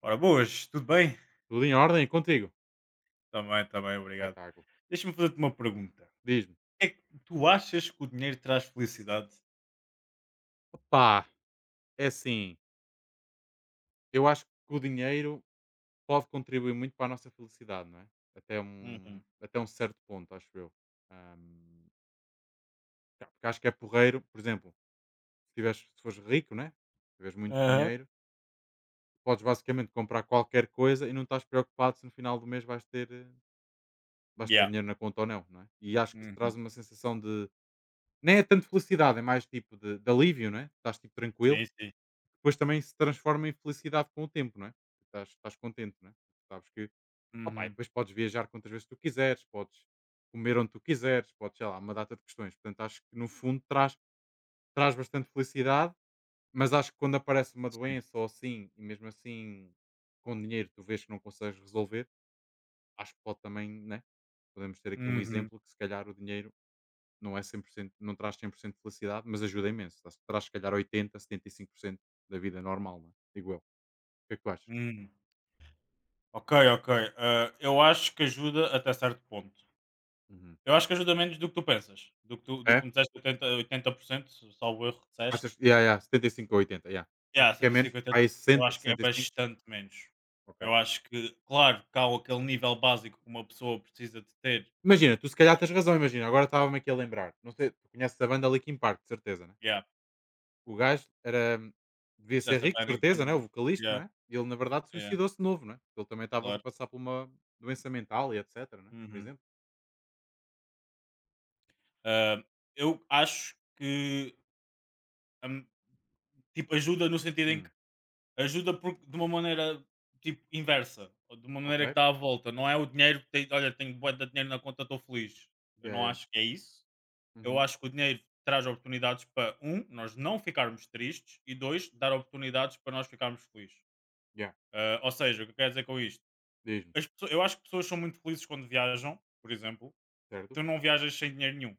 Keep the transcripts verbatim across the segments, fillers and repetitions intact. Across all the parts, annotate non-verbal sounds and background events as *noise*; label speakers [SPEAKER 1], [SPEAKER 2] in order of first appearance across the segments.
[SPEAKER 1] Ora, boas, tudo bem?
[SPEAKER 2] Tudo em ordem e contigo?
[SPEAKER 1] Também, também, obrigado.
[SPEAKER 2] Espetáculo.
[SPEAKER 1] Deixa-me fazer-te uma pergunta.
[SPEAKER 2] Diz-me.
[SPEAKER 1] É que tu achas que o dinheiro traz felicidade?
[SPEAKER 2] Pá, é assim, eu acho que o dinheiro pode contribuir muito para a nossa felicidade, não é? Até um,
[SPEAKER 1] Uhum.
[SPEAKER 2] até um certo ponto, acho eu. Ahm, tá, porque acho que é porreiro, por exemplo, se, tiveres, se fores rico, né? Se tiveres muito
[SPEAKER 1] Aham.
[SPEAKER 2] dinheiro, podes basicamente comprar qualquer coisa e não estás preocupado se no final do mês vais ter, eh, vais ter
[SPEAKER 1] Yeah.
[SPEAKER 2] dinheiro na conta ou não, não é? E acho que isso traz
[SPEAKER 1] Uhum.
[SPEAKER 2] uma sensação de, nem é tanto felicidade, é mais tipo de, de alívio, não é? Estás tipo tranquilo.
[SPEAKER 1] Sim, sim.
[SPEAKER 2] Depois também se transforma em felicidade com o tempo, não é? Estás, estás contente, não é? Sabes que, opá, e
[SPEAKER 1] Uhum.
[SPEAKER 2] depois podes viajar quantas vezes tu quiseres, podes comer onde tu quiseres, podes, sei lá, uma data de questões. Portanto, acho que no fundo traz, traz bastante felicidade, mas acho que quando aparece uma
[SPEAKER 1] Sim.
[SPEAKER 2] doença ou assim, e mesmo assim com dinheiro tu vês que não consegues resolver, acho que pode também, né? Podemos ter aqui um
[SPEAKER 1] Uhum.
[SPEAKER 2] exemplo que se calhar o dinheiro não é cem por cento, não traz cem por cento de felicidade, mas ajuda imenso. Traz, traz se calhar oitenta por cento, setenta e cinco por cento da vida normal, não é? Digo eu. O que é que tu achas?
[SPEAKER 1] Uhum. Ok, ok. Ah, eu acho que ajuda até certo ponto.
[SPEAKER 2] Uhum.
[SPEAKER 1] Eu acho que ajuda menos do que tu pensas. Do que tu, do que tu
[SPEAKER 2] É?
[SPEAKER 1] me disseste oitenta, oitenta por cento, salvo erro que disseste.
[SPEAKER 2] Achas que, yeah, yeah, setenta e cinco ou oitenta, yeah.
[SPEAKER 1] Yeah,
[SPEAKER 2] Acho que é menos?
[SPEAKER 1] cento e cinquenta,
[SPEAKER 2] Ah, é
[SPEAKER 1] eu
[SPEAKER 2] sessenta,
[SPEAKER 1] acho que é
[SPEAKER 2] sessenta e cinco.
[SPEAKER 1] bastante menos.
[SPEAKER 2] Ok.
[SPEAKER 1] Eu acho que, claro, que há aquele nível básico que uma pessoa precisa de ter.
[SPEAKER 2] Imagina, tu se calhar tens razão, imagina, agora estava-me aqui a lembrar. Não sei, tu conheces a banda Linkin Park, de certeza, né?
[SPEAKER 1] Yeah,
[SPEAKER 2] O gajo era,
[SPEAKER 1] o
[SPEAKER 2] devia ser
[SPEAKER 1] Chester
[SPEAKER 2] rico, de certeza, né? O
[SPEAKER 1] Bennington,
[SPEAKER 2] vocalista,
[SPEAKER 1] yeah,
[SPEAKER 2] né? E ele, na verdade,
[SPEAKER 1] yeah,
[SPEAKER 2] suicidou-se novo, né? Porque ele também estava a
[SPEAKER 1] claro.
[SPEAKER 2] passar por uma doença mental e etc, né? Por
[SPEAKER 1] Uhum.
[SPEAKER 2] exemplo.
[SPEAKER 1] Ah, eu acho que, hum, tipo, ajuda no sentido em que
[SPEAKER 2] Hum.
[SPEAKER 1] ajuda por, de uma maneira tipo inversa, ou de uma
[SPEAKER 2] Ok.
[SPEAKER 1] maneira que dá a volta. Não é o dinheiro que tem, olha, tenho bué de dinheiro na conta, estou feliz. Eu
[SPEAKER 2] Yeah,
[SPEAKER 1] não
[SPEAKER 2] yeah.
[SPEAKER 1] acho que é isso. Eu
[SPEAKER 2] Uhum.
[SPEAKER 1] acho que o dinheiro traz oportunidades para um, nós não ficarmos tristes e dois, dar oportunidades para nós ficarmos felizes.
[SPEAKER 2] Yeah.
[SPEAKER 1] Ah, ou seja, o que eu quero dizer com isto?
[SPEAKER 2] Diz-me,
[SPEAKER 1] As pesso- eu acho que pessoas são muito felizes quando viajam, por exemplo,
[SPEAKER 2] certo?
[SPEAKER 1] tu não viajas sem dinheiro nenhum,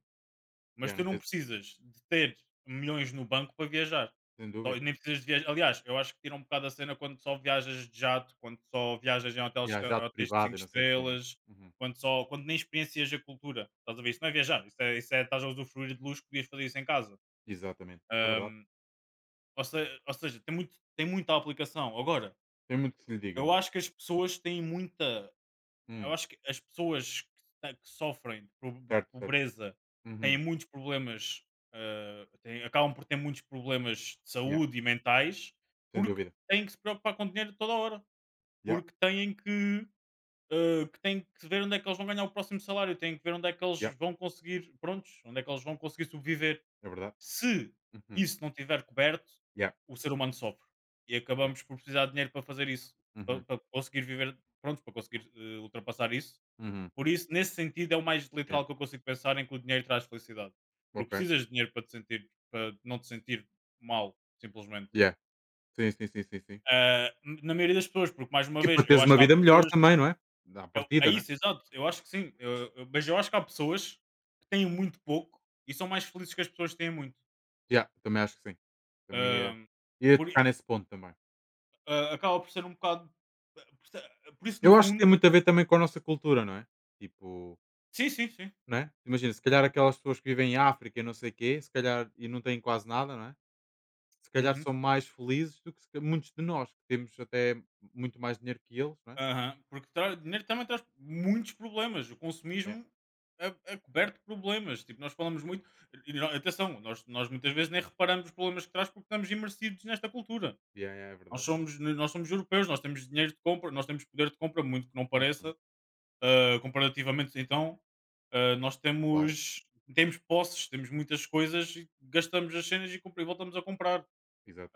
[SPEAKER 1] mas
[SPEAKER 2] Yeah,
[SPEAKER 1] tu
[SPEAKER 2] não
[SPEAKER 1] não
[SPEAKER 2] tens,
[SPEAKER 1] precisas de ter milhões no banco para viajar.
[SPEAKER 2] sem
[SPEAKER 1] Só-
[SPEAKER 2] dúvida.
[SPEAKER 1] Nem precisas de viajar. Aliás, eu acho que tira um bocado a cena quando só viajas de jato, quando só viajas em hotéis,
[SPEAKER 2] Yeah,
[SPEAKER 1] eh,
[SPEAKER 2] jato
[SPEAKER 1] hotéis de
[SPEAKER 2] privado
[SPEAKER 1] cinco
[SPEAKER 2] e não sei o quê, não é?
[SPEAKER 1] estrelas,
[SPEAKER 2] Uhum.
[SPEAKER 1] quando, só, quando nem experiencias a cultura. Estás a ver? Isso não é viajar, isso é, isso é estás a usufruir de luxo, podias fazer isso em casa.
[SPEAKER 2] Exatamente. É verdade.
[SPEAKER 1] Ahm, ou, se- ou seja, tem, muito, tem muita aplicação. Agora,
[SPEAKER 2] Tem muito que se lhe diga,
[SPEAKER 1] eu
[SPEAKER 2] né?
[SPEAKER 1] acho que as pessoas têm muita. Eu
[SPEAKER 2] Hum,
[SPEAKER 1] acho que as pessoas que ta que sofrem de po de
[SPEAKER 2] certo, certo.
[SPEAKER 1] pobreza
[SPEAKER 2] Uhum.
[SPEAKER 1] têm muitos problemas, hã, têm acabam por ter muitos problemas de
[SPEAKER 2] Yeah,
[SPEAKER 1] saúde e mentais,
[SPEAKER 2] sem
[SPEAKER 1] porque
[SPEAKER 2] dúvida.
[SPEAKER 1] têm que se preocupar com dinheiro toda a hora,
[SPEAKER 2] Yeah,
[SPEAKER 1] porque têm que, hã, que têm que ver onde é que eles vão ganhar o próximo salário, têm que ver onde é que eles
[SPEAKER 2] yeah,
[SPEAKER 1] vão conseguir prontos, onde é que eles vão conseguir sobreviver.
[SPEAKER 2] é verdade.
[SPEAKER 1] Se
[SPEAKER 2] Uhum.
[SPEAKER 1] isso não tiver coberto,
[SPEAKER 2] Yeah,
[SPEAKER 1] o ser humano sofre e
[SPEAKER 2] yeah.
[SPEAKER 1] acabamos por precisar de dinheiro para fazer isso, pa
[SPEAKER 2] Uhum,
[SPEAKER 1] para conseguir viver pronto, para conseguir, hã, ultrapassar isso.
[SPEAKER 2] uhum.
[SPEAKER 1] Por isso, nesse sentido, é o mais
[SPEAKER 2] Yeah,
[SPEAKER 1] literal que eu consigo pensar em que o dinheiro traz felicidade. Porque
[SPEAKER 2] ok.
[SPEAKER 1] precisas de dinheiro para te sentir, para não te sentir mal, simplesmente.
[SPEAKER 2] Yeah. Sim, sim, sim, sim, sim.
[SPEAKER 1] Ah, na maioria das pessoas, porque mais uma
[SPEAKER 2] E para
[SPEAKER 1] vez, eu
[SPEAKER 2] teres
[SPEAKER 1] acho
[SPEAKER 2] uma
[SPEAKER 1] que há
[SPEAKER 2] vida melhor
[SPEAKER 1] pessoas.
[SPEAKER 2] também, não é? À
[SPEAKER 1] Eu- é
[SPEAKER 2] partida, não é?
[SPEAKER 1] isso, exato. Eu acho que sim. eu- eu- mas eu acho que há pessoas que têm muito pouco e são mais felizes que as pessoas que têm muito.
[SPEAKER 2] Yeah, também acho que sim. Também
[SPEAKER 1] Ah,
[SPEAKER 2] ia, ia
[SPEAKER 1] por,
[SPEAKER 2] tocar
[SPEAKER 1] i-
[SPEAKER 2] nesse ponto também.
[SPEAKER 1] ah, acaba por ser um bocado. Por, ser- por isso, no
[SPEAKER 2] Eu acho que tem
[SPEAKER 1] fundo.
[SPEAKER 2] muito a ver também com a nossa cultura, não é? Tipo,
[SPEAKER 1] Sim, sim, sim.
[SPEAKER 2] não é? Imagina, se calhar aquelas pessoas que vivem em África e não sei quê, se calhar e não têm quase nada, não é? Se calhar
[SPEAKER 1] Uhum.
[SPEAKER 2] são mais felizes do que se ca- muitos de nós, que temos até muito mais dinheiro que eles, não é?
[SPEAKER 1] Aham, porque tra- dinheiro também traz muitos problemas. O
[SPEAKER 2] Yeah.
[SPEAKER 1] consumismo é, é coberto de problemas. Tipo, nós falamos muito. E, nó- atenção, nós, nós muitas vezes nem reparamos os problemas que traz porque estamos imersidos nesta cultura.
[SPEAKER 2] Yeah, yeah, é
[SPEAKER 1] Nós
[SPEAKER 2] verdade.
[SPEAKER 1] somos, nós somos europeus, nós temos dinheiro de compra, nós temos poder de compra, muito que não
[SPEAKER 2] Uhum.
[SPEAKER 1] pareça, ah, comparativamente então, ah, nós
[SPEAKER 2] Claro,
[SPEAKER 1] temos, temos posses, temos muitas coisas e gastamos as cenas e, compra- e voltamos a comprar.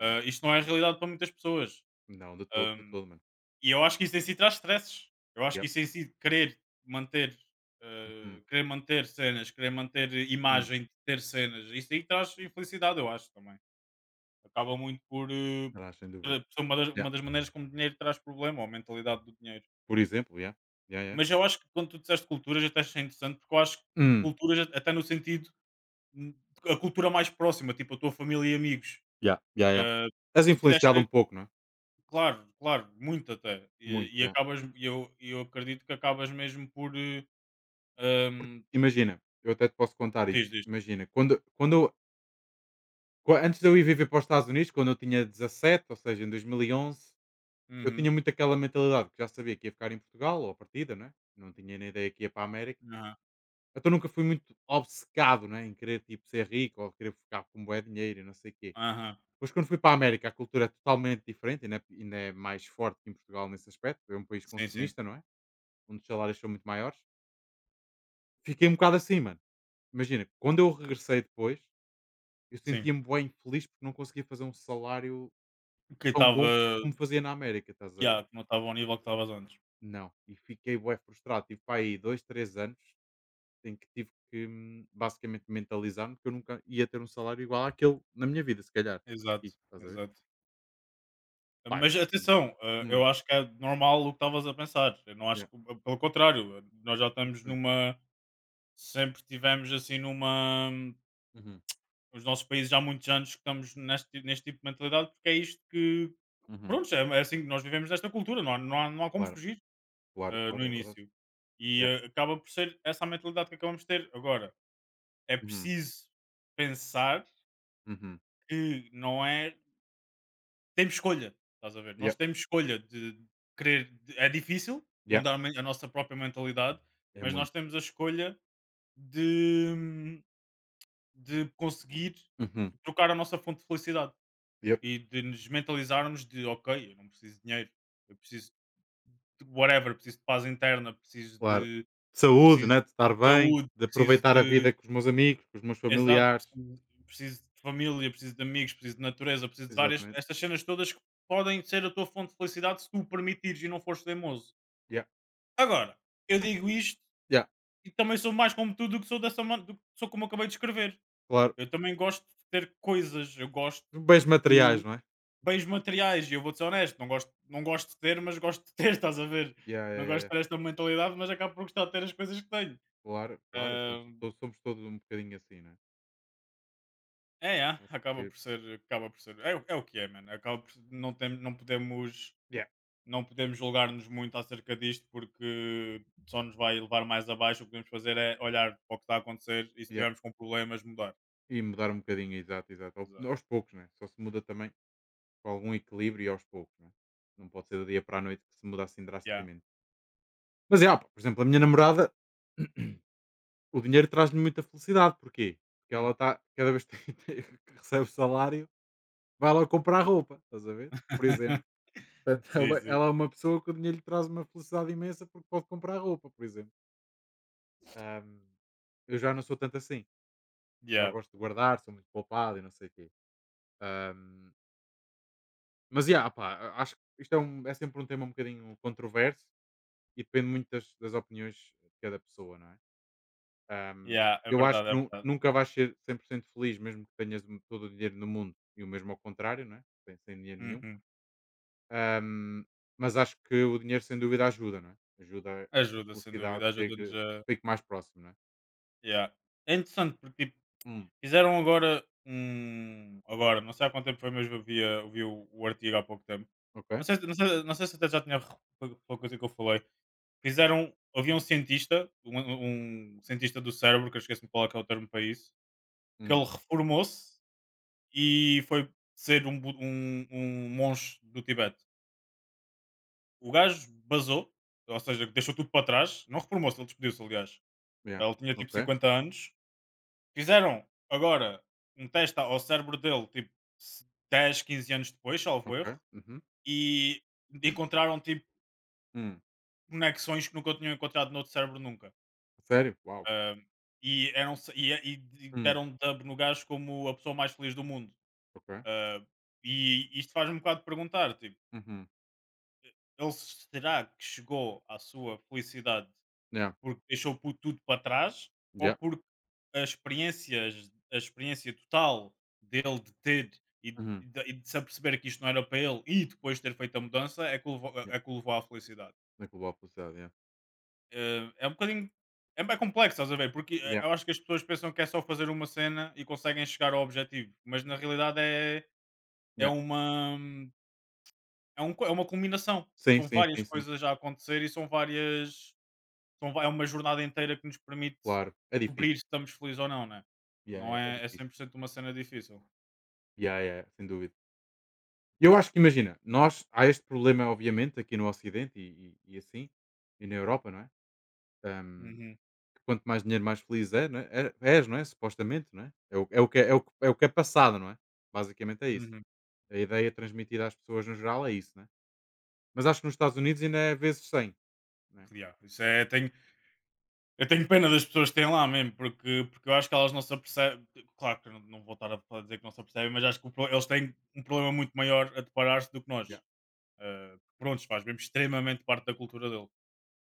[SPEAKER 1] Ah, isto não é a realidade para muitas pessoas.
[SPEAKER 2] Não, de todo, de todo, mano.
[SPEAKER 1] E eu acho que isso em si traz stresses. Eu acho
[SPEAKER 2] Yeah.
[SPEAKER 1] que isso em si querer manter,
[SPEAKER 2] Uhum.
[SPEAKER 1] eh, querer manter cenas, querer manter
[SPEAKER 2] Hum.
[SPEAKER 1] imagem de ter cenas, isso aí traz infelicidade, eu acho também. Acaba muito por eh,
[SPEAKER 2] Aliás, sem dúvida.
[SPEAKER 1] tra- ser uma das,
[SPEAKER 2] Yeah.
[SPEAKER 1] uma das maneiras como o dinheiro traz problema, ou a mentalidade do dinheiro.
[SPEAKER 2] Por exemplo, yeah. Yeah, yeah.
[SPEAKER 1] Mas eu acho que quando tu disseste culturas, até achei interessante, porque eu acho que
[SPEAKER 2] Hum.
[SPEAKER 1] culturas, até no sentido, hum, a cultura mais próxima, tipo a tua família e amigos.
[SPEAKER 2] Yeah, yeah, yeah.
[SPEAKER 1] Eh,
[SPEAKER 2] És
[SPEAKER 1] se quiseres.
[SPEAKER 2] influenciado um pouco, não é?
[SPEAKER 1] Claro, claro, muito até. E,
[SPEAKER 2] Muito,
[SPEAKER 1] e
[SPEAKER 2] yeah.
[SPEAKER 1] acabas, e eu, e eu acredito que acabas mesmo por. eh, hum,
[SPEAKER 2] Imagina, eu até te posso contar isto.
[SPEAKER 1] Diz, diz.
[SPEAKER 2] Imagina, quando, quando eu, qu- antes de eu ir viver para os Estados Unidos, quando eu tinha dezassete, ou seja, em dois mil e onze, eu
[SPEAKER 1] Uhum.
[SPEAKER 2] tinha muito aquela mentalidade que já sabia que ia ficar em Portugal, ou à partida, não é? Não tinha nem ideia que ia para a América.
[SPEAKER 1] Aham,
[SPEAKER 2] Então nunca fui muito obcecado, né, em querer tipo ser rico ou querer ficar com bué dinheiro e não sei o quê.
[SPEAKER 1] aham.
[SPEAKER 2] Depois quando fui para a América a cultura é totalmente diferente, ainda é, ainda é, mais forte que em Portugal nesse aspecto, é um país
[SPEAKER 1] Sim, sim,
[SPEAKER 2] consumista, não é? Onde os salários são muito maiores. Fiquei um bocado assim, mano. Imagina, quando eu regressei depois, eu
[SPEAKER 1] sim.
[SPEAKER 2] sentia-me bem infeliz porque não conseguia fazer um salário
[SPEAKER 1] Que
[SPEAKER 2] tão
[SPEAKER 1] estava.
[SPEAKER 2] bom como fazia na América, estás a ver?
[SPEAKER 1] Yeah, que não estava ao nível que estavas antes.
[SPEAKER 2] Não, e fiquei bué frustrado, tive para aí dois, três anos em que tive que, hum, basicamente mentalizar-me que eu nunca ia ter um salário igual àquele na minha vida, se calhar, tipo
[SPEAKER 1] Exato,
[SPEAKER 2] aqui, estás a ver?
[SPEAKER 1] exato.
[SPEAKER 2] Pá,
[SPEAKER 1] Mas
[SPEAKER 2] contigo.
[SPEAKER 1] atenção, eh,
[SPEAKER 2] Hum,
[SPEAKER 1] eu acho que é normal o que estavas a pensar. Eu não acho
[SPEAKER 2] yeah,
[SPEAKER 1] que. Pelo contrário, nós já estamos
[SPEAKER 2] hum.
[SPEAKER 1] numa. Sempre tivemos assim numa.
[SPEAKER 2] Uhum,
[SPEAKER 1] Os nossos países já há muitos anos que estamos neste, neste tipo de mentalidade, porque é isto que.
[SPEAKER 2] uhum.
[SPEAKER 1] Pronto, é, é assim que nós vivemos nesta cultura, não há, não há, não há como
[SPEAKER 2] Claro,
[SPEAKER 1] fugir
[SPEAKER 2] claro,
[SPEAKER 1] eh,
[SPEAKER 2] claro,
[SPEAKER 1] no
[SPEAKER 2] é verdade.
[SPEAKER 1] início. E
[SPEAKER 2] Yeah.
[SPEAKER 1] eh, acaba por ser essa a mentalidade que acabamos de ter. Agora, é
[SPEAKER 2] Uhum,
[SPEAKER 1] preciso pensar
[SPEAKER 2] uhum.
[SPEAKER 1] que não é. Temos escolha, estás a ver?
[SPEAKER 2] Yeah,
[SPEAKER 1] Nós temos escolha de querer. De- é difícil
[SPEAKER 2] yeah,
[SPEAKER 1] mudar a men- a nossa própria mentalidade,
[SPEAKER 2] é
[SPEAKER 1] mas
[SPEAKER 2] muito.
[SPEAKER 1] nós temos a escolha de, de conseguir
[SPEAKER 2] Uhum,
[SPEAKER 1] trocar a nossa fonte de felicidade.
[SPEAKER 2] yeah,
[SPEAKER 1] E de nos mentalizarmos de ok, eu não preciso de dinheiro, eu preciso de whatever, preciso de paz interna, preciso
[SPEAKER 2] claro.
[SPEAKER 1] de,
[SPEAKER 2] Saúde,
[SPEAKER 1] preciso
[SPEAKER 2] né? De estar
[SPEAKER 1] de
[SPEAKER 2] bem,
[SPEAKER 1] saúde,
[SPEAKER 2] de
[SPEAKER 1] preciso
[SPEAKER 2] aproveitar a
[SPEAKER 1] de
[SPEAKER 2] vida com os meus amigos, com os meus
[SPEAKER 1] exato,
[SPEAKER 2] familiares.
[SPEAKER 1] preciso, preciso de família, preciso de amigos, preciso de natureza, preciso de várias
[SPEAKER 2] Exatamente.
[SPEAKER 1] estas cenas todas que podem ser a tua fonte de felicidade se tu o permitires e não fores teimoso.
[SPEAKER 2] Yeah,
[SPEAKER 1] Agora, eu digo isto
[SPEAKER 2] yeah,
[SPEAKER 1] e também sou mais como tu do que sou dessa man- do que sou como acabei de escrever.
[SPEAKER 2] claro.
[SPEAKER 1] Eu também gosto de ter coisas, eu gosto
[SPEAKER 2] Bens materiais,
[SPEAKER 1] de
[SPEAKER 2] não é?
[SPEAKER 1] bens materiais, e eu vou ser honesto, não gosto, não gosto de ter, mas gosto de ter, *laughs* estás a ver?
[SPEAKER 2] Yeah, yeah,
[SPEAKER 1] Não
[SPEAKER 2] yeah,
[SPEAKER 1] gosto
[SPEAKER 2] yeah.
[SPEAKER 1] de ter esta mentalidade, mas acabo por gostar de ter as coisas que tenho.
[SPEAKER 2] Claro, claro. Somos,
[SPEAKER 1] Ahm,
[SPEAKER 2] to- somos todos um bocadinho assim, não é?
[SPEAKER 1] é, é,
[SPEAKER 2] Acho
[SPEAKER 1] acaba
[SPEAKER 2] que.
[SPEAKER 1] por ser, acaba por ser, é, o- é o que é, mano. Acaba por, não, tem, não podemos,
[SPEAKER 2] Yeah,
[SPEAKER 1] não podemos julgar-nos muito acerca disto, porque só nos vai levar mais abaixo. O que podemos fazer é olhar para o que está a acontecer e se
[SPEAKER 2] yeah.
[SPEAKER 1] tivermos com problemas, mudar.
[SPEAKER 2] E mudar um bocadinho, exato, exato. Ao-
[SPEAKER 1] Exato.
[SPEAKER 2] Aos poucos, né? Só se muda também com algum equilíbrio e aos poucos, né? Não pode ser do dia para a noite que se muda assim
[SPEAKER 1] Yeah.
[SPEAKER 2] drasticamente. Mas é, opa, por exemplo, a minha namorada, o dinheiro traz-lhe muita felicidade. Porquê? Porque ela
[SPEAKER 1] Hum.
[SPEAKER 2] está, cada vez que tem- *laughs* que recebe salário, vai lá comprar roupa, estás a ver? Por exemplo.
[SPEAKER 1] *laughs*
[SPEAKER 2] Portanto,
[SPEAKER 1] Sim,
[SPEAKER 2] ela,
[SPEAKER 1] sim.
[SPEAKER 2] ela é uma pessoa que o dinheiro lhe traz uma felicidade imensa porque pode comprar roupa, por exemplo. Ahm, eu já não sou tanto assim. Já
[SPEAKER 1] Yeah.
[SPEAKER 2] gosto de guardar, sou muito poupado e não sei o quê. Mas yeah, opá, acho que isto é, um- é sempre um tema um bocadinho controverso e depende muito das, das opiniões de cada pessoa, não é? Ahm,
[SPEAKER 1] Yeah, é
[SPEAKER 2] eu acho
[SPEAKER 1] verdade,
[SPEAKER 2] que
[SPEAKER 1] é
[SPEAKER 2] nu-
[SPEAKER 1] verdade.
[SPEAKER 2] nunca vais ser cem por cento feliz, mesmo que tenhas m- todo o dinheiro no mundo e o mesmo ao contrário, não é? Sem, sem dinheiro nenhum.
[SPEAKER 1] Uhum.
[SPEAKER 2] Ahm, mas acho que o dinheiro, sem dúvida, ajuda, não é? Ajuda a que a
[SPEAKER 1] Ajuda, sem
[SPEAKER 2] felicidade
[SPEAKER 1] dúvida, ajuda-nos
[SPEAKER 2] chegue,
[SPEAKER 1] a.
[SPEAKER 2] fique mais próximo, não é?
[SPEAKER 1] Yeah. É interessante porque tipo,
[SPEAKER 2] Hum,
[SPEAKER 1] fizeram agora um. Agora, não sei há quanto tempo foi, mas eu vi, a- eu vi o, o artigo há pouco tempo. Não
[SPEAKER 2] ok.
[SPEAKER 1] sei, se- não sei, não sei se até já tinha re- foi foi coisa que eu falei. Fizeram. Havia um cientista, um, um cientista do cérebro, que eu esqueci-me qual é que é o termo para isso, que
[SPEAKER 2] Hum,
[SPEAKER 1] ele reformou-se e foi ser um, bu- um, um monge do Tibete. O gajo basou, ou seja, deixou tudo para trás, não reformou-se, ele despediu-se, aliás.
[SPEAKER 2] yeah.
[SPEAKER 1] Ele tinha tipo
[SPEAKER 2] Ok,
[SPEAKER 1] cinquenta anos. Fizeram agora um teste ao cérebro dele, tipo, se dez, quinze anos depois, salvo erro,
[SPEAKER 2] ok. Uhum.
[SPEAKER 1] e encontraram, tipo,
[SPEAKER 2] Hum.
[SPEAKER 1] conexões que nunca tinham encontrado noutro cérebro nunca.
[SPEAKER 2] Sério? Uau.
[SPEAKER 1] Ahm, e, eram, e, e
[SPEAKER 2] Hum,
[SPEAKER 1] deram dub no gajo como a pessoa mais feliz do mundo.
[SPEAKER 2] ok.
[SPEAKER 1] Ah, e isto faz-me um bocado perguntar, tipo,
[SPEAKER 2] Uhum.
[SPEAKER 1] ele será que chegou à sua felicidade.
[SPEAKER 2] Yeah,
[SPEAKER 1] Porque deixou pu- tudo para trás ou
[SPEAKER 2] yeah.
[SPEAKER 1] porque a experiência, a experiência total dele de ter e de, e
[SPEAKER 2] Uhum.
[SPEAKER 1] de, e de se aperceber que isto não era para ele e depois ter feito a mudança é que o levou, é que o levou à felicidade.
[SPEAKER 2] Na Global Publicidade, yeah.
[SPEAKER 1] Eh, é um bocadinho. É bem complexo, estás a ver? Porque eh,
[SPEAKER 2] Yeah,
[SPEAKER 1] eu acho que as pessoas pensam que é só fazer uma cena e conseguem chegar ao objetivo, mas na realidade é, é,
[SPEAKER 2] yeah.
[SPEAKER 1] uma, é, um, co- é uma combinação.
[SPEAKER 2] Sim,
[SPEAKER 1] São
[SPEAKER 2] sim,
[SPEAKER 1] várias
[SPEAKER 2] sim, sim.
[SPEAKER 1] coisas a acontecer e são várias. Então é uma jornada inteira que nos permite
[SPEAKER 2] Claro, é
[SPEAKER 1] cobrir
[SPEAKER 2] difícil.
[SPEAKER 1] se estamos felizes ou não, né?
[SPEAKER 2] Yeah,
[SPEAKER 1] Não
[SPEAKER 2] yeah, é
[SPEAKER 1] é, é cem
[SPEAKER 2] difícil.
[SPEAKER 1] por cento uma cena difícil.
[SPEAKER 2] Yeah, yeah, yeah, sem dúvida. E eu acho que imagina, nós há este problema, obviamente, aqui no Ocidente e, e- e assim, e na Europa, não é? Ahm,
[SPEAKER 1] Uhum,
[SPEAKER 2] que quanto mais dinheiro, mais feliz é, não é? É- és, não é? Supostamente, não é? É o, é, o que, é, é o, que- é o que é passado, não é? Basicamente é isso.
[SPEAKER 1] uhum.
[SPEAKER 2] A ideia transmitida às pessoas no geral é isso, não é? Mas acho que nos Estados Unidos ainda é vezes cem, não é?
[SPEAKER 1] Yeah, isso é, tenho, eu tenho pena das pessoas que têm lá mesmo, porque, porque eu acho que elas não se apercebem. Claro que eu não, não vou estar a a dizer que não se apercebem, mas acho que o pro- eles têm um problema muito maior a deparar-se do que
[SPEAKER 2] Yeah.
[SPEAKER 1] nós. Eh, prontos, faz mesmo extremamente parte da cultura dele,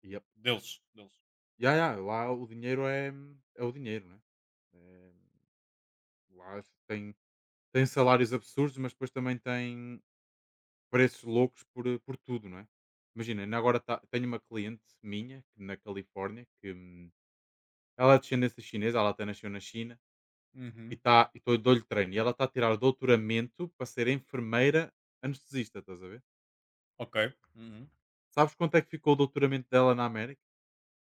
[SPEAKER 2] Yep.
[SPEAKER 1] deles. Deles.
[SPEAKER 2] Yeah, yeah, lá o dinheiro é, é o dinheiro, não é? É, lá tem, tem salários absurdos, mas depois também tem preços loucos por, eh, por tudo, não é? Imagina, ainda agora tá- tenho uma cliente minha que na Califórnia que hum, ela é de descendência chinesa, ela até nasceu na China e,
[SPEAKER 1] Uhum.
[SPEAKER 2] tá, e tô- dou-lhe treino. E ela está a tirar doutoramento para ser enfermeira anestesista, estás a ver?
[SPEAKER 1] Ok. Uhum.
[SPEAKER 2] Sabes quanto é que ficou o doutoramento dela na América?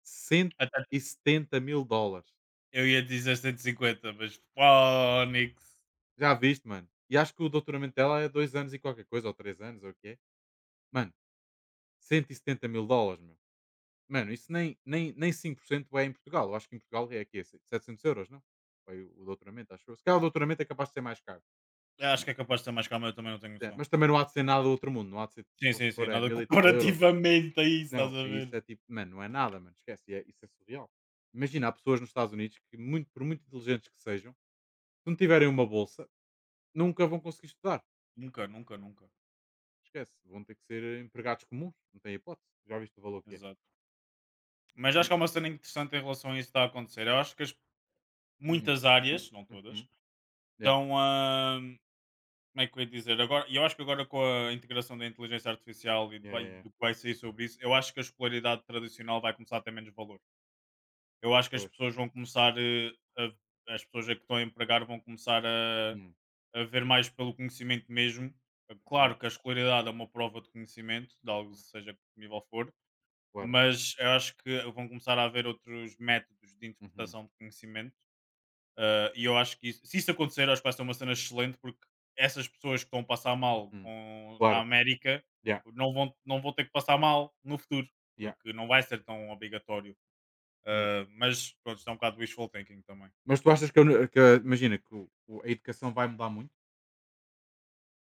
[SPEAKER 2] cento
[SPEAKER 1] Até
[SPEAKER 2] e setenta mil dólares.
[SPEAKER 1] eu ia dizer cento e cinquenta, mas Phonics.
[SPEAKER 2] Já viste, mano? E acho que o doutoramento dela é dois anos e qualquer coisa, ou três anos, ou o que é. Mano, cento e setenta mil dólares, meu. Mano, isso nem, nem, nem cinco por cento é em Portugal. Eu acho que em Portugal é aqui, assim, setecentos euros, não? Foi o o doutoramento, acho eu. Se calhar o doutoramento é capaz de ser mais caro.
[SPEAKER 1] Eu acho que é capaz de ter mais calma, eu também não tenho
[SPEAKER 2] É,
[SPEAKER 1] noção.
[SPEAKER 2] mas também não há de ser nada do outro mundo. Não há de ser, se
[SPEAKER 1] Sim,
[SPEAKER 2] for se
[SPEAKER 1] sim, sim,
[SPEAKER 2] for, é
[SPEAKER 1] nada *laughs*
[SPEAKER 2] mil e tal euros. Um-
[SPEAKER 1] comparativamente a isso, estás
[SPEAKER 2] Não,
[SPEAKER 1] a
[SPEAKER 2] é isso
[SPEAKER 1] ver?
[SPEAKER 2] é tipo, mano, não é nada, mano. Esquece, é- isso é surreal. Imagina, há pessoas nos Estados Unidos que, muito, por muito inteligentes que sejam, se não tiverem uma bolsa, nunca vão conseguir estudar.
[SPEAKER 1] Nunca, nunca, nunca.
[SPEAKER 2] Esquece, vão ter que ser eh, empregados comuns. Não tem hipótese. Já viste o valor que é.
[SPEAKER 1] Exato. Mas acho que há uma cena interessante em relação a isso que está a acontecer. Eu acho que as-
[SPEAKER 2] Hum,
[SPEAKER 1] muitas áreas, não
[SPEAKER 2] uhum.
[SPEAKER 1] todas,
[SPEAKER 2] Yeah,
[SPEAKER 1] estão a. Como é que eu ia dizer? Agora, e eu acho que agora com a integração da inteligência artificial e de
[SPEAKER 2] yeah, yeah,
[SPEAKER 1] vai-
[SPEAKER 2] yeah.
[SPEAKER 1] do que vai sair sobre isso, eu acho que a escolaridade tradicional vai começar a ter menos valor. Eu acho que as
[SPEAKER 2] Pois.
[SPEAKER 1] pessoas vão começar eh, a, as pessoas a que estão a empregar vão começar a
[SPEAKER 2] Hum,
[SPEAKER 1] a ver mais pelo conhecimento mesmo. Eh,
[SPEAKER 2] yeah,
[SPEAKER 1] Claro que a escolaridade é uma prova de conhecimento, de algo, seja que nível for,
[SPEAKER 2] claro.
[SPEAKER 1] mas eu acho que vão começar a haver outros métodos de
[SPEAKER 2] Uhum.
[SPEAKER 1] interpretação de conhecimento. Eh, e eu acho que isso- se isso acontecer, eu acho que vai ser uma cena excelente, porque essas pessoas que estão a passar mal
[SPEAKER 2] Hum,
[SPEAKER 1] com- na
[SPEAKER 2] claro,
[SPEAKER 1] América
[SPEAKER 2] yeah,
[SPEAKER 1] não vão, não vão ter que passar mal no futuro,
[SPEAKER 2] yeah,
[SPEAKER 1] porque não vai ser tão obrigatório.
[SPEAKER 2] yeah.
[SPEAKER 1] Eh, mas pronto, está um bocado wishful thinking também.
[SPEAKER 2] Mas tu achas que, a uni que a imagina que o o a educação vai mudar muito?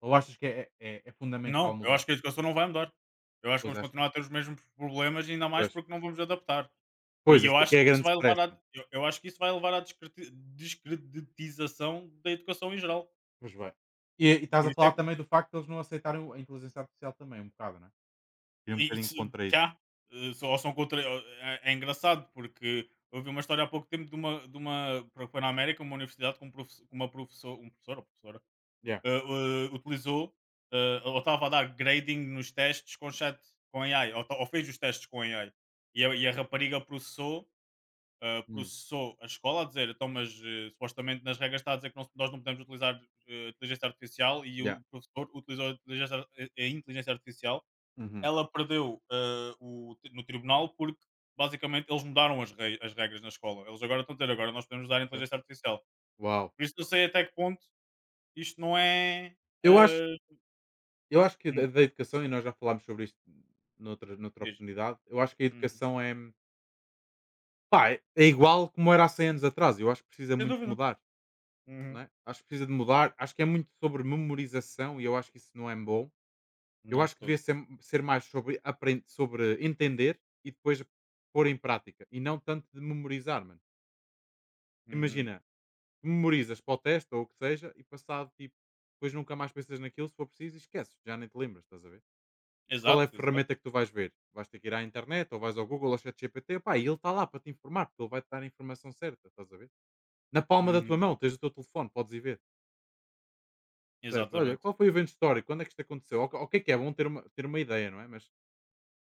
[SPEAKER 2] Ou achas que é é é é fundamental
[SPEAKER 1] Não, eu
[SPEAKER 2] mudar?
[SPEAKER 1] acho que a educação não vai mudar. Eu acho que
[SPEAKER 2] Pois,
[SPEAKER 1] vamos
[SPEAKER 2] acho,
[SPEAKER 1] continuar a ter os mesmos problemas, ainda mais
[SPEAKER 2] pois,
[SPEAKER 1] porque não vamos adaptar.
[SPEAKER 2] pois,
[SPEAKER 1] E eu
[SPEAKER 2] esse aqui
[SPEAKER 1] acho
[SPEAKER 2] é
[SPEAKER 1] que isso
[SPEAKER 2] grande
[SPEAKER 1] vai
[SPEAKER 2] stress,
[SPEAKER 1] levar à,
[SPEAKER 2] mano.
[SPEAKER 1] eu, eu acho que isso vai levar à descreti- descreditização da educação em geral.
[SPEAKER 2] Pois bem. E e estás a
[SPEAKER 1] Por isso é
[SPEAKER 2] falar
[SPEAKER 1] que
[SPEAKER 2] também do facto de eles não aceitarem o a inteligência artificial também um bocado, não é? Ir um bocadinho
[SPEAKER 1] isso,
[SPEAKER 2] contra isso.
[SPEAKER 1] já, eh, só- ou são contra, ou- é, é engraçado porque houve uma história há pouco tempo de uma, de uma foi na América, uma universidade com, um profe- uma professora, um professor, professora
[SPEAKER 2] Yeah,
[SPEAKER 1] eh, eh, utilizou eh, ou estava a dar grading nos testes com chat com A I, ou, ta- ou fez os testes com A I. E a, e a rapariga processou, eh,
[SPEAKER 2] hum,
[SPEAKER 1] processou a escola a dizer, então, mas eh, supostamente nas regras está a dizer que não se- nós não podemos utilizar eh, inteligência artificial e
[SPEAKER 2] yeah,
[SPEAKER 1] o professor utilizou a inteligência, ar- a a inteligência artificial.
[SPEAKER 2] uhum,
[SPEAKER 1] Ela perdeu eh, o, no tribunal porque basicamente eles mudaram as, rei- as regras na escola. Eles agora estão a dizer, agora nós podemos usar a
[SPEAKER 2] ok.
[SPEAKER 1] inteligência artificial.
[SPEAKER 2] Uau!
[SPEAKER 1] Por isso não sei até que ponto isto não é.
[SPEAKER 2] Eu acho
[SPEAKER 1] eh,
[SPEAKER 2] eu acho que da da educação e nós já falámos sobre isto noutra noutra
[SPEAKER 1] Diz.
[SPEAKER 2] oportunidade, eu acho que a
[SPEAKER 1] Uhum.
[SPEAKER 2] educação é, pá, é é igual como era há cem anos atrás, eu acho que precisa
[SPEAKER 1] Sem
[SPEAKER 2] muito de
[SPEAKER 1] dúvida.
[SPEAKER 2] mudar.
[SPEAKER 1] Uhum.
[SPEAKER 2] Não é? Acho que precisa de mudar. Acho que é muito sobre memorização e eu acho que isso não é bom. Eu
[SPEAKER 1] Não
[SPEAKER 2] acho
[SPEAKER 1] de
[SPEAKER 2] que
[SPEAKER 1] todo.
[SPEAKER 2] devia ser, ser mais sobre, apren- sobre entender e depois pôr em prática e não tanto de memorizar, mano.
[SPEAKER 1] Uhum.
[SPEAKER 2] Imagina, memorizas para o teste ou o que seja e passado, tipo, depois nunca mais pensas naquilo se for preciso e esqueces, já nem te lembras, estás a ver? Qual é a
[SPEAKER 1] Exato, exato.
[SPEAKER 2] ferramenta que tu vais ver? Vais ter que ir à internet ou vais ao Google ou ChatGPT, pá, e ele está lá para te informar, porque ele vai te dar a informação certa, estás a ver? Na palma da tua
[SPEAKER 1] Uhum.
[SPEAKER 2] mão, tens o teu telefone, podes ir ver. Certo. Olha,
[SPEAKER 1] Exatamente.
[SPEAKER 2] qual foi o evento histórico? Quando é que isto aconteceu? O o que é que é bom ter uma, ter uma ideia, não é? Mas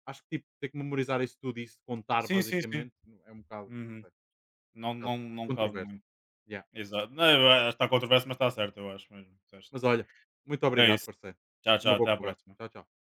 [SPEAKER 2] acho que tipo, ter que memorizar isso tudo e isso contar,
[SPEAKER 1] Sim, sim, sim.
[SPEAKER 2] basicamente, é um bocado,
[SPEAKER 1] Uhum.
[SPEAKER 2] é um
[SPEAKER 1] Não, não,
[SPEAKER 2] bocado
[SPEAKER 1] não cabe
[SPEAKER 2] controverso.
[SPEAKER 1] muito.
[SPEAKER 2] Yeah.
[SPEAKER 1] Exato. Não, eu acho que está controverso, mas está certo, eu acho mesmo. Disseste.
[SPEAKER 2] Mas olha, muito
[SPEAKER 1] É
[SPEAKER 2] obrigado,
[SPEAKER 1] isso.
[SPEAKER 2] parceiro.
[SPEAKER 1] Tchau,
[SPEAKER 2] Foi
[SPEAKER 1] tchau.
[SPEAKER 2] uma boa
[SPEAKER 1] Até à
[SPEAKER 2] conversa.
[SPEAKER 1] próxima.
[SPEAKER 2] Tchau, tchau.